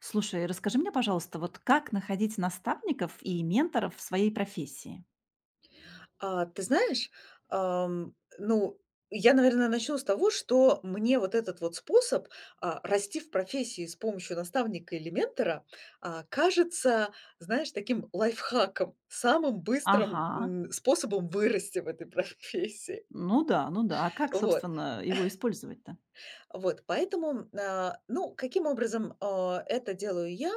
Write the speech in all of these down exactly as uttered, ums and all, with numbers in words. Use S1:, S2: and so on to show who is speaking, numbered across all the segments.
S1: Слушай, расскажи мне, пожалуйста, вот как находить наставников и менторов в своей профессии?
S2: А, ты знаешь, ам, ну, я, наверное, начну с того, что мне вот этот вот способ, а, расти в профессии с помощью наставника или ментора, а, кажется, знаешь, таким лайфхаком, самым
S1: Ага.
S2: быстрым, м, способом вырасти в этой профессии.
S1: Ну да, ну да. А как,
S2: Вот.
S1: собственно, его использовать-то?
S2: Вот, поэтому, а, ну, каким образом, а, это делаю я?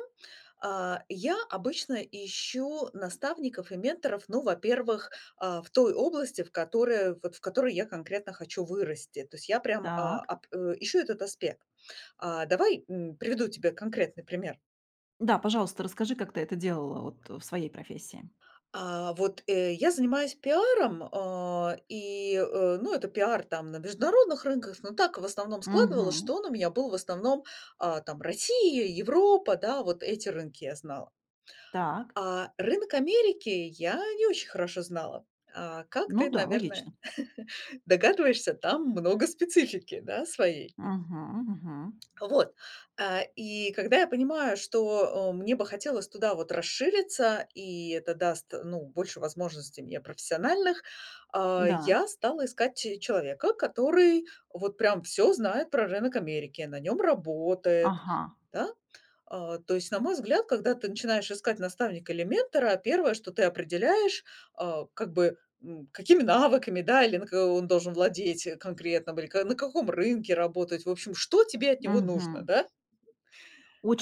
S2: А, я обычно ищу наставников и менторов, ну, во-первых, а, в той области, в которой, вот в которой я конкретно хочу вырасти. То есть я прям, а,
S1: Так.
S2: ап- э, ищу этот аспект. А, давай, м, приведу тебе конкретный пример.
S1: Да, пожалуйста, расскажи, как ты это делала вот в своей профессии.
S2: А, вот, э, я занимаюсь пиаром, а, и, э, ну, это пиар там на международных рынках, но так в основном складывалось,
S1: Угу.
S2: что он у меня был в основном, а, там Россия, Европа, да, вот эти рынки я знала.
S1: Так.
S2: А рынок Америки я не очень хорошо знала. А, как
S1: Ну
S2: ты,
S1: да,
S2: наверное,
S1: логично.
S2: догадываешься, там много специфики, да, своей.
S1: Угу, мгм.
S2: Вот. А, и когда я понимаю, что, э, мне бы хотелось туда вот расшириться, и это даст, ну, больше возможностей мне профессиональных, а,
S1: Да.
S2: я стала искать че человека, который вот прям все знает про рынок Америки, на нем работает,
S1: Ага.
S2: да. А, то есть, на мой взгляд, когда ты начинаешь искать наставника или ментора, первое, что ты определяешь, а, как бы, М, какими навыками, да, или на ка он должен владеть, э, конкретным, или ка на каком рынке работать. В общем, что тебе от него нужно,
S1: Угу.
S2: да?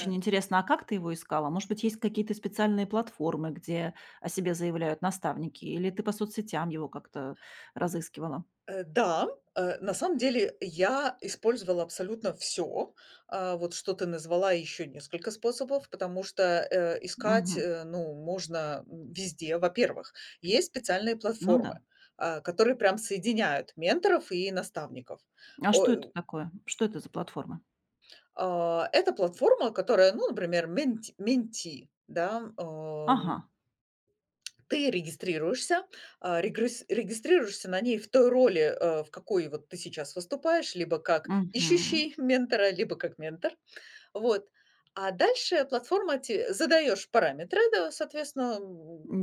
S2: Э,
S1: интересно, а как ты его искала? Может быть, есть какие-то специальные платформы, где о себе заявляют наставники, или ты по соцсетям его как-то разыскивала?
S2: э, да, э, на самом деле я использовала абсолютно все, вот что ты назвала, еще несколько способов, потому что, э, искать,
S1: Угу.
S2: э, ну, можно, м, везде. Во-первых, есть специальные
S1: Ну
S2: платформы,
S1: да.
S2: а, которые прям соединяют менторов и наставников.
S1: А что это такое? Что это за платформа?
S2: А, это платформа, которая, ну, например, менти менти, да, ам,
S1: Ага.
S2: ты регистрируешься, а, регрис регистрируешься на ней в той роли, э, в какой вот ты сейчас выступаешь, либо как
S1: Мгм.
S2: ищущий ментора, либо как ментор. Вот. А дальше платформа те задаешь параметры, да, соответственно,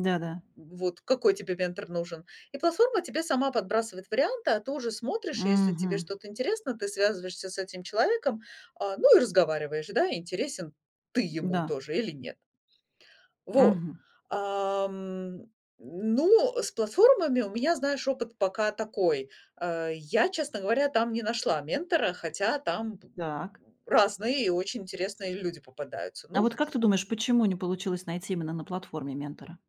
S1: Да-да.
S2: вот какой тебе ментор нужен. И платформа тебе сама подбрасывает варианты, а ты уже смотришь, и если тебе
S1: Мгм.
S2: что-то интересно, ты связываешься с этим человеком, а, ну и разговариваешь, да, интересен ты ему
S1: Да.
S2: тоже или нет. Вот.
S1: Мгм.
S2: Ам, ну, с платформами у меня, знаешь, опыт пока такой. Э, я, честно говоря, там не нашла ментора, хотя там б-
S1: Так.
S2: разные и очень интересные люди попадаются.
S1: А
S2: Ну.
S1: вот как ты думаешь, почему не получилось найти именно на платформе ментора?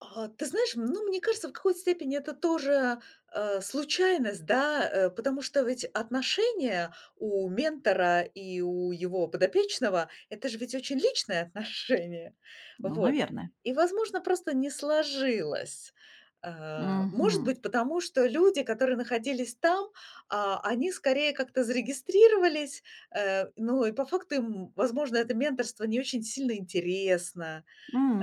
S2: А, ты знаешь, ну, мне кажется, в какой-то степени это тоже, э, случайность, да, э, потому что ведь отношения у ментора и у его подопечного- это же ведь очень личные отношения.
S1: Ну,
S2: Вот.
S1: наверное.
S2: И, возможно, просто не сложилось. Э, может
S1: Мгм.
S2: быть, потому что люди, которые находились там, а, они скорее как-то зарегистрировались, э, ну, и по факту им, возможно, это менторство не очень сильно интересно.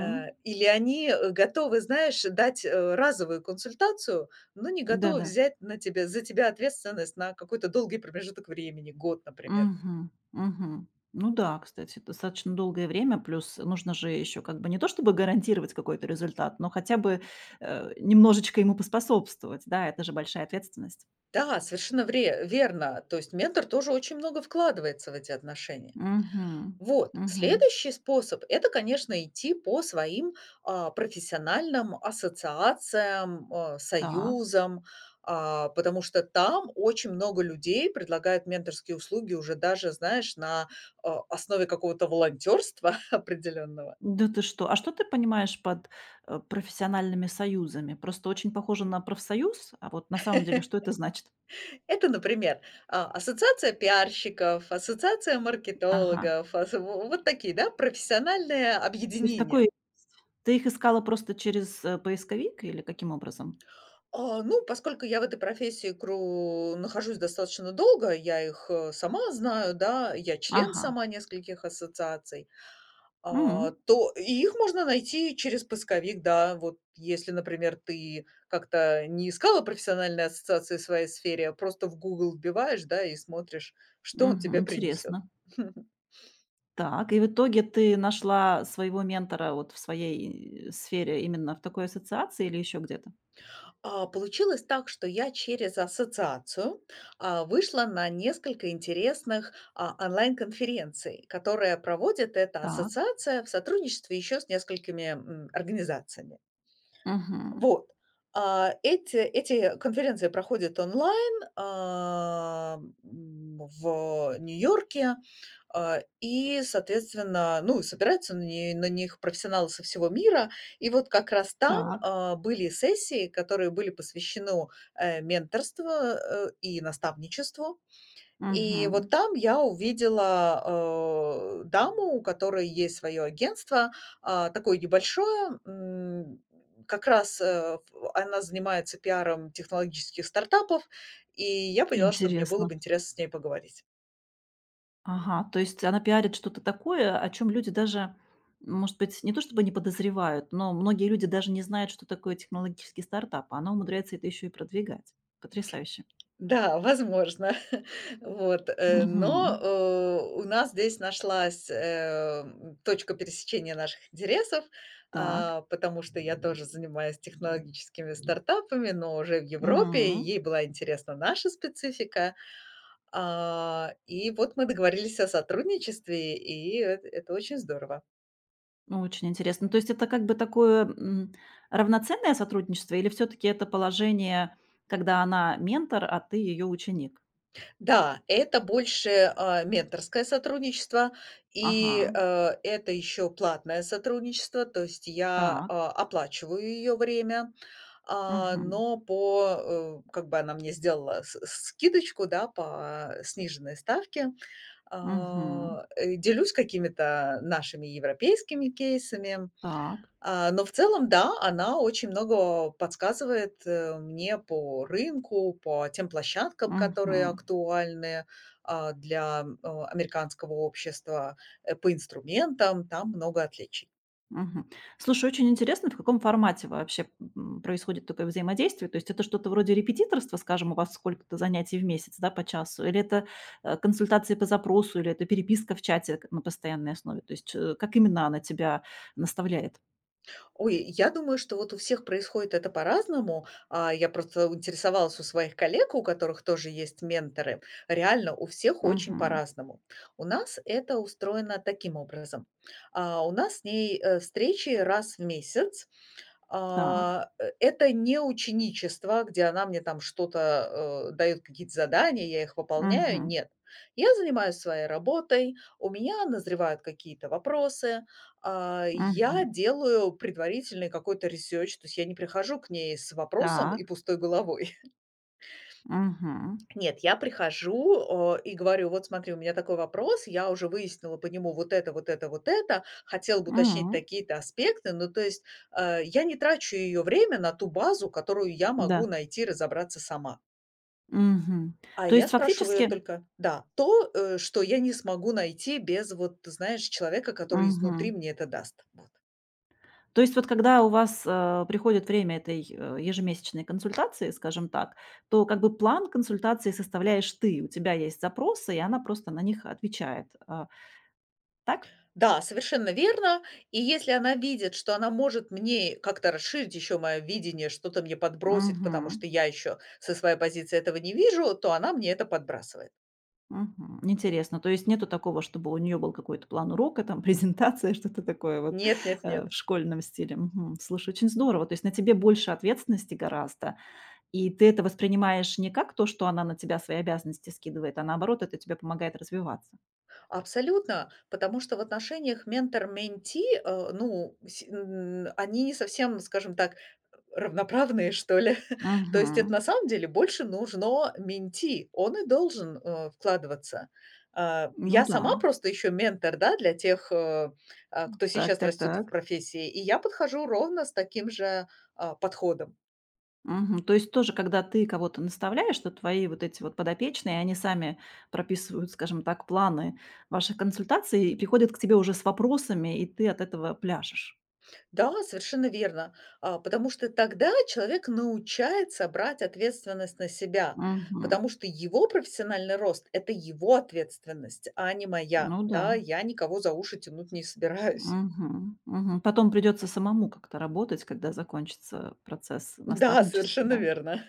S2: Э, или они, э, готовы, знаешь, дать, э, разовую консультацию, но не готовы
S1: Да-да.
S2: взять на тебя за тебя ответственность на какой-то долгий промежуток времени, год, например.
S1: Мгм. Мгм. Ну да, кстати, достаточно долгое время, плюс нужно же еще как бы не то чтобы гарантировать какой-то результат, но хотя бы, э, немножечко ему поспособствовать. Да, это же большая ответственность.
S2: Да, совершенно вре верно. То есть ментор тоже очень много вкладывается в эти отношения.
S1: Мгм.
S2: Вот.
S1: Мгм.
S2: Следующий способ- это, конечно, идти по своим, а, профессиональным ассоциациям, э,
S1: Так.
S2: союзам, а, потому что там очень много людей предлагают менторские услуги уже даже, знаешь, на, а, основе какого-то волонтерства определенного.
S1: Да ты что? А что ты понимаешь под, э, профессиональными союзами? Просто очень похоже на профсоюз, а вот на самом деле что это значит?
S2: Это, например, а, ассоциация пиарщиков, ассоциация
S1: Ага.
S2: маркетологов, ас вот такие, да, профессиональные
S1: То есть такое
S2: объединения.
S1: есть. Ты их искала просто через, э, поисковик или каким образом?
S2: А, ну, поскольку я в этой профессии кру нахожусь достаточно долго, я их, э, сама знаю, да, я член
S1: Ага.
S2: сама нескольких ассоциаций, а,
S1: М.
S2: то и их можно найти через поисковик, да. Вот если, например, ты как-то не искала профессиональные ассоциации в своей сфере, а просто в Google вбиваешь, да, и смотришь, что он
S1: Мгм.
S2: тебе принесет.
S1: Интересно. Так, и в итоге ты нашла своего ментора вот в своей э, сфере именно в такой ассоциации или еще где-то?
S2: А, получилось так, что я через ассоциацию, а, вышла на несколько интересных, а, онлайн-конференций, которые проводит эта
S1: Так.
S2: ассоциация в сотрудничестве еще с несколькими, м, организациями.
S1: Мгм.
S2: Вот. А, эти эти конференции проходят онлайн, а, м, в Нью-Йорке, а, и, соответственно, ну, собираются на не на них профессионалы со всего мира. И вот как раз там,
S1: Так.
S2: а, были сессии, которые были посвящены, э, менторству, э, и наставничеству. И вот
S1: Мгм.
S2: там я увидела, э, даму, у которой есть свое агентство, а, такое небольшое. М, как раз, э, в она занимается пиаром технологических стартапов, и я поняла, что мне было
S1: Интересно.
S2: бы интересно с ней поговорить.
S1: Ага, то есть она пиарит что-то такое, о чем люди даже, может быть, не то чтобы не подозревают, но многие люди даже не знают, что такое технологический стартап, а она умудряется это еще и продвигать. Потрясающе.
S2: Да, возможно. Вот, э,
S1: Мгм.
S2: но, э, у нас здесь нашлась, эм, точка пересечения наших интересов,
S1: Так.
S2: а, потому что я тоже занимаюсь технологическими стартапами, но уже в Европе, и
S1: М.
S2: ей была интересна наша специфика. А, и вот мы договорились о сотрудничестве, и эт это очень здорово.
S1: Очень интересно. То есть это как бы такое, м, равноценное сотрудничество или все таки это положение, когда она ментор, а ты ее ученик?
S2: Да, это больше, а, менторское сотрудничество, и,
S1: Ага,
S2: э, это еще платное сотрудничество, то есть я,
S1: так.
S2: а, оплачиваю ее время, а,
S1: Мгм.
S2: но по, э, как бы она мне сделала с скидочку, да, по сниженной ставке.
S1: Мгм.
S2: А, э, делюсь какими-то нашими европейскими кейсами,
S1: Так.
S2: а, но в целом, да, она очень много подсказывает, э, мне по рынку, по тем площадкам, которые
S1: Мгм.
S2: актуальны, а, для, м, э, американского общества, э, по инструментам. Там много отличий.
S1: Мгм. Слушай, очень интересно, в каком формате вообще, м, происходит такое взаимодействие. То есть это что-то вроде репетиторства, скажем, у вас сколько-то занятий в месяц, да, по часу, или это, э, консультации по запросу, или это переписка в чате к на постоянной основе? То есть, э, как именно она тебя наставляет?
S2: Ой, я думаю, что вот у всех происходит это по-разному. А, я просто интересовалась у своих коллег, у которых тоже есть менторы. Реально, у всех очень
S1: Мгм.
S2: по-разному. У нас это устроено таким образом. А, у нас с ней, э, встречи раз в месяц.
S1: Так.
S2: А, э, это не ученичество, где она мне там что-то, э, даёт какие-то задания, я их выполняю.
S1: Мгм.
S2: Нет. Я занимаюсь своей работой, у меня назревают какие-то вопросы, а, я
S1: Мгм.
S2: делаю предварительный какой-то ресерч, то есть я не прихожу к ней с вопросом
S1: Так.
S2: и пустой головой.
S1: Мгм.
S2: Нет, я прихожу, э, и говорю: "Вот смотри, у меня такой вопрос, я уже выяснила по нему вот это, вот это, вот это, хотела бы уточнить
S1: М.
S2: такие-то аспекты". Ну, то есть, э, я не трачу ее время на ту базу, которую я могу
S1: Да.
S2: найти и разобраться сама.
S1: Мгм.
S2: А
S1: То
S2: я
S1: есть
S2: спрашиваю
S1: фактически.
S2: только, да, то, э, что я не смогу найти без, вот, ты знаешь, человека, который изнутри
S1: Мгм.
S2: мне это даст. Вот.
S1: То есть вот когда у вас, э, приходит время этой, э, ежемесячной консультации, скажем так, то как бы план консультации составляешь ты. У тебя есть запросы, и она просто на них отвечает. А, так?
S2: Да, совершенно верно. И если она видит, что она может мне как-то расширить еще мое видение, что-то мне подбросить, потому что
S1: Мгм.
S2: я еще со своей позиции этого не вижу, то она мне это подбрасывает.
S1: Мгм. Интересно. То есть нету такого, чтобы у нее был какой-то план урока, там презентация, что-то такое вот,
S2: Нет, нет,
S1: э,
S2: нет.
S1: в школьном стиле. Мгм. Слушай, очень здорово. То есть на тебе больше ответственности гораздо, и ты это воспринимаешь не как то, что она на тебя свои обязанности скидывает, а наоборот, это тебе помогает развиваться.
S2: Абсолютно, потому что в отношениях ментор-менти, э, ну, с- н- они не совсем, скажем так, равноправные, что ли? То есть это на
S1: Мгм.
S2: самом деле больше нужно менти. Он и должен, э, вкладываться. А,
S1: Ну
S2: я
S1: да.
S2: сама просто еще ментор, да, для тех, э, а, кто
S1: Так,
S2: сейчас
S1: так,
S2: растет в
S1: так.
S2: профессии, и я подхожу ровно с таким же, а, подходом.
S1: Мгм. То есть тоже, когда ты кого-то наставляешь, то твои вот эти вот подопечные, они сами прописывают, скажем так, планы ваших консультаций и приходят к тебе уже с вопросами, и ты от этого пляшешь.
S2: Да, совершенно верно. А, потому что тогда человек научается брать ответственность на себя,
S1: Мгм.
S2: потому что его профессиональный рост- это его ответственность, а не моя.
S1: Ну да.
S2: Да, я никого за уши тянуть не собираюсь.
S1: Мгм. Мгм. Потом придется самому как-то работать, когда закончится процесс
S2: Да,
S1: наставничества,
S2: совершенно
S1: да?
S2: верно.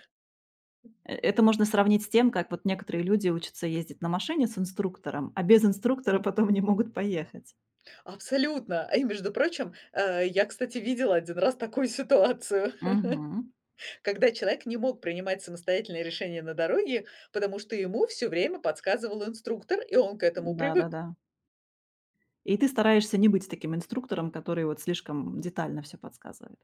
S1: Э, это можно сравнить с тем, как вот некоторые люди учатся ездить на машине с инструктором, а без инструктора потом не могут поехать.
S2: Абсолютно. И, между прочим, э, я, кстати, видела один раз такую ситуацию,
S1: Мгм.
S2: когда человек не мог принимать самостоятельные решения на дороге, потому что ему все время подсказывал инструктор, и он к этому привык.
S1: Да-да-да. И ты стараешься не быть таким инструктором, который вот слишком детально все подсказывает.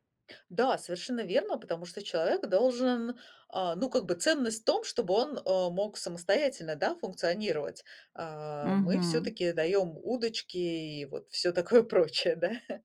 S2: Да, совершенно верно, потому что человек должен, а, ну, как бы ценность в том, чтобы он, э, мог самостоятельно, да, функционировать. А, мы все
S1: Мгм.
S2: таки даем удочки и вот все такое прочее, да.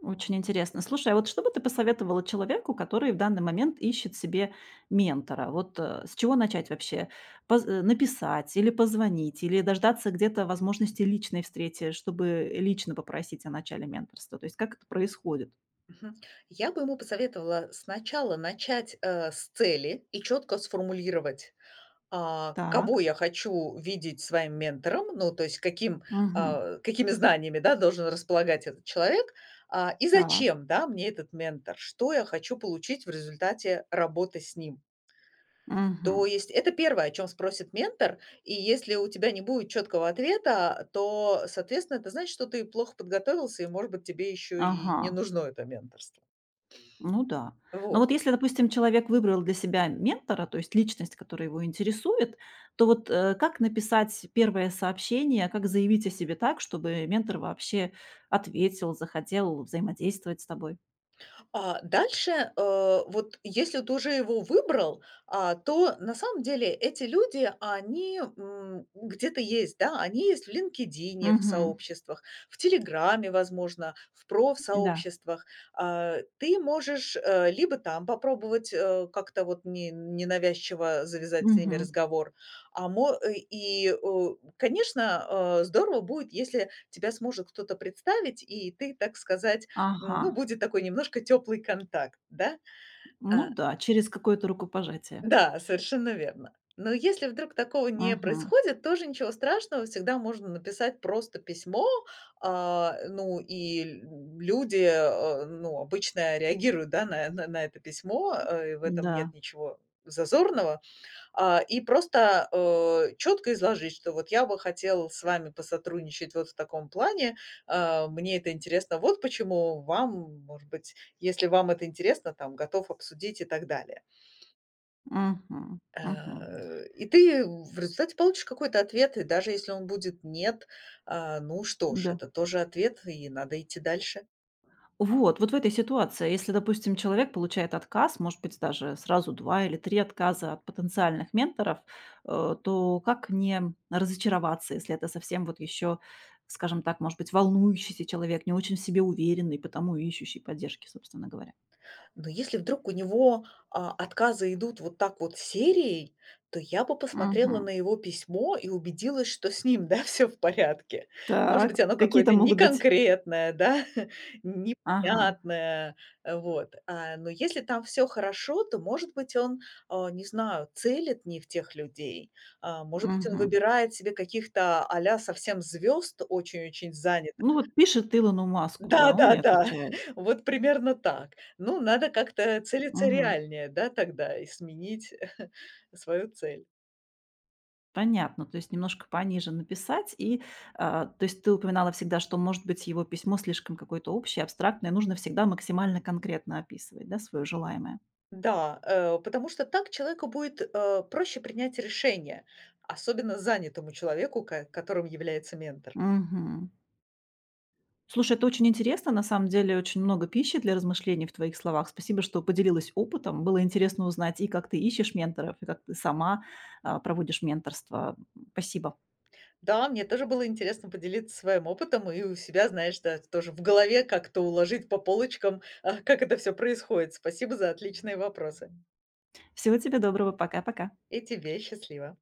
S1: Очень интересно. Слушай, а вот что бы ты посоветовала человеку, который в данный момент ищет себе ментора? Вот, э, с чего начать вообще? Поз э, написать или позвонить, или дождаться где-то возможности личной встречи, чтобы лично попросить о начале менторства? То есть как это происходит?
S2: Мгм. Я бы ему посоветовала сначала начать, э, с цели и четко сформулировать, а,
S1: Так.
S2: кого я хочу видеть своим ментором, ну, то есть каким,
S1: Мгм.
S2: а, какими знаниями, да, должен располагать этот человек, а, и
S1: Так.
S2: зачем, да, мне этот ментор, что я хочу получить в результате работы с ним. То
S1: Мгм.
S2: есть это первое, о чем спросит ментор, и если у тебя не будет четкого ответа, то, соответственно, это значит, что ты плохо подготовился, и, может быть, тебе еще и
S1: Ага.
S2: не нужно это менторство.
S1: Ну да. Но
S2: Вот.
S1: вот если, допустим, человек выбрал для себя ментора, то есть личность, которая его интересует, то вот, э, как написать первое сообщение, как заявить о себе так, чтобы ментор вообще ответил, захотел взаимодействовать с тобой?
S2: А дальше, э, вот если ты уже его выбрал, а, то на самом деле эти люди, они м, где-то есть, да, они есть в LinkedIn, в
S1: Мгм.
S2: сообществах, в Телеграме, возможно, в
S1: Да.
S2: профсообществах. А, ты можешь э, либо там попробовать э, как-то вот не, ненавязчиво завязать с ними
S1: Мгм.
S2: разговор, а мо- э, и, э, конечно, э, здорово будет, если тебя сможет кто-то представить, и ты, так сказать,
S1: Ага.
S2: М, ну, будет такой немножко теплый контакт, да?
S1: Ну
S2: А,
S1: да, через какое-то рукопожатие.
S2: да, совершенно верно. Но если вдруг такого не
S1: Мгм.
S2: происходит, тоже ничего страшного, всегда можно написать просто письмо. А, ну, и ль люди, э, ну, обычно реагируют, да, на на на это письмо, э, и в этом нет
S1: Да.
S2: ничего зазорного. А, и просто, э, четко изложить, что вот я бы хотел с вами посотрудничать вот в таком плане, э, мне это интересно, вот почему вам, может быть, если вам это интересно, там, готов обсудить и так далее.
S1: Мгм. Мгм.
S2: Э, и ты в результате получишь какой-то ответ, и даже если он будет "нет", а, ну что ж,
S1: Да.
S2: это тоже ответ, и надо идти дальше.
S1: Вот, вот в этой ситуации, если, допустим, человек получает отказ, может быть, даже сразу два или три отказа от потенциальных менторов, э, то как не разочароваться, если это совсем вот еще, скажем так, может быть, волнующийся человек, не очень в себе уверенный, потому и ищущий поддержки, собственно говоря?
S2: Но если вдруг у него, а, отказы идут вот так вот серией, то я бы посмотрела на
S1: Мгм.
S2: его письмо и убедилась, что с ним, да, все в порядке. Может
S1: Так,
S2: быть, оно
S1: какие то
S2: какое-то
S1: могут быть.
S2: неконкретное, да,
S1: Ага,
S2: непонятное, э, вот. А, но если там все хорошо, то, может быть, он, а, не знаю, целит не в тех людей. А, может быть, он
S1: мгм.
S2: выбирает себе каких-то а совсем звезд, очень-очень
S1: Ну,
S2: занятых.
S1: вот пишет Илону Маску, да, он не
S2: Да-да-да,
S1: отвечает.
S2: вот примерно так. Ну, надо как-то целиться
S1: Мгм.
S2: реальнее, да, тогда и сменить свою цель.
S1: Понятно, то есть немножко пониже написать. И, а, то есть ты упоминала всегда, что, может быть, его письмо слишком какое-то общее, абстрактное, нужно всегда максимально конкретно описывать, да, свое желаемое.
S2: Да, э, потому что так человеку будет, э, проще принять решение, особенно занятому человеку, ко которым является ментор.
S1: Мгм. Слушай, это очень интересно, на самом деле очень много пищи для размышлений в твоих словах. Спасибо, что поделилась опытом. Было интересно узнать и как ты ищешь менторов, и как ты сама а, проводишь менторство. Спасибо.
S2: Да, мне тоже было интересно поделиться своим опытом и у себя, знаешь, да, тоже в голове как-то уложить по полочкам, а, как это все происходит. Спасибо за отличные вопросы.
S1: Всего тебе доброго. Пока-пока.
S2: И тебе счастливо.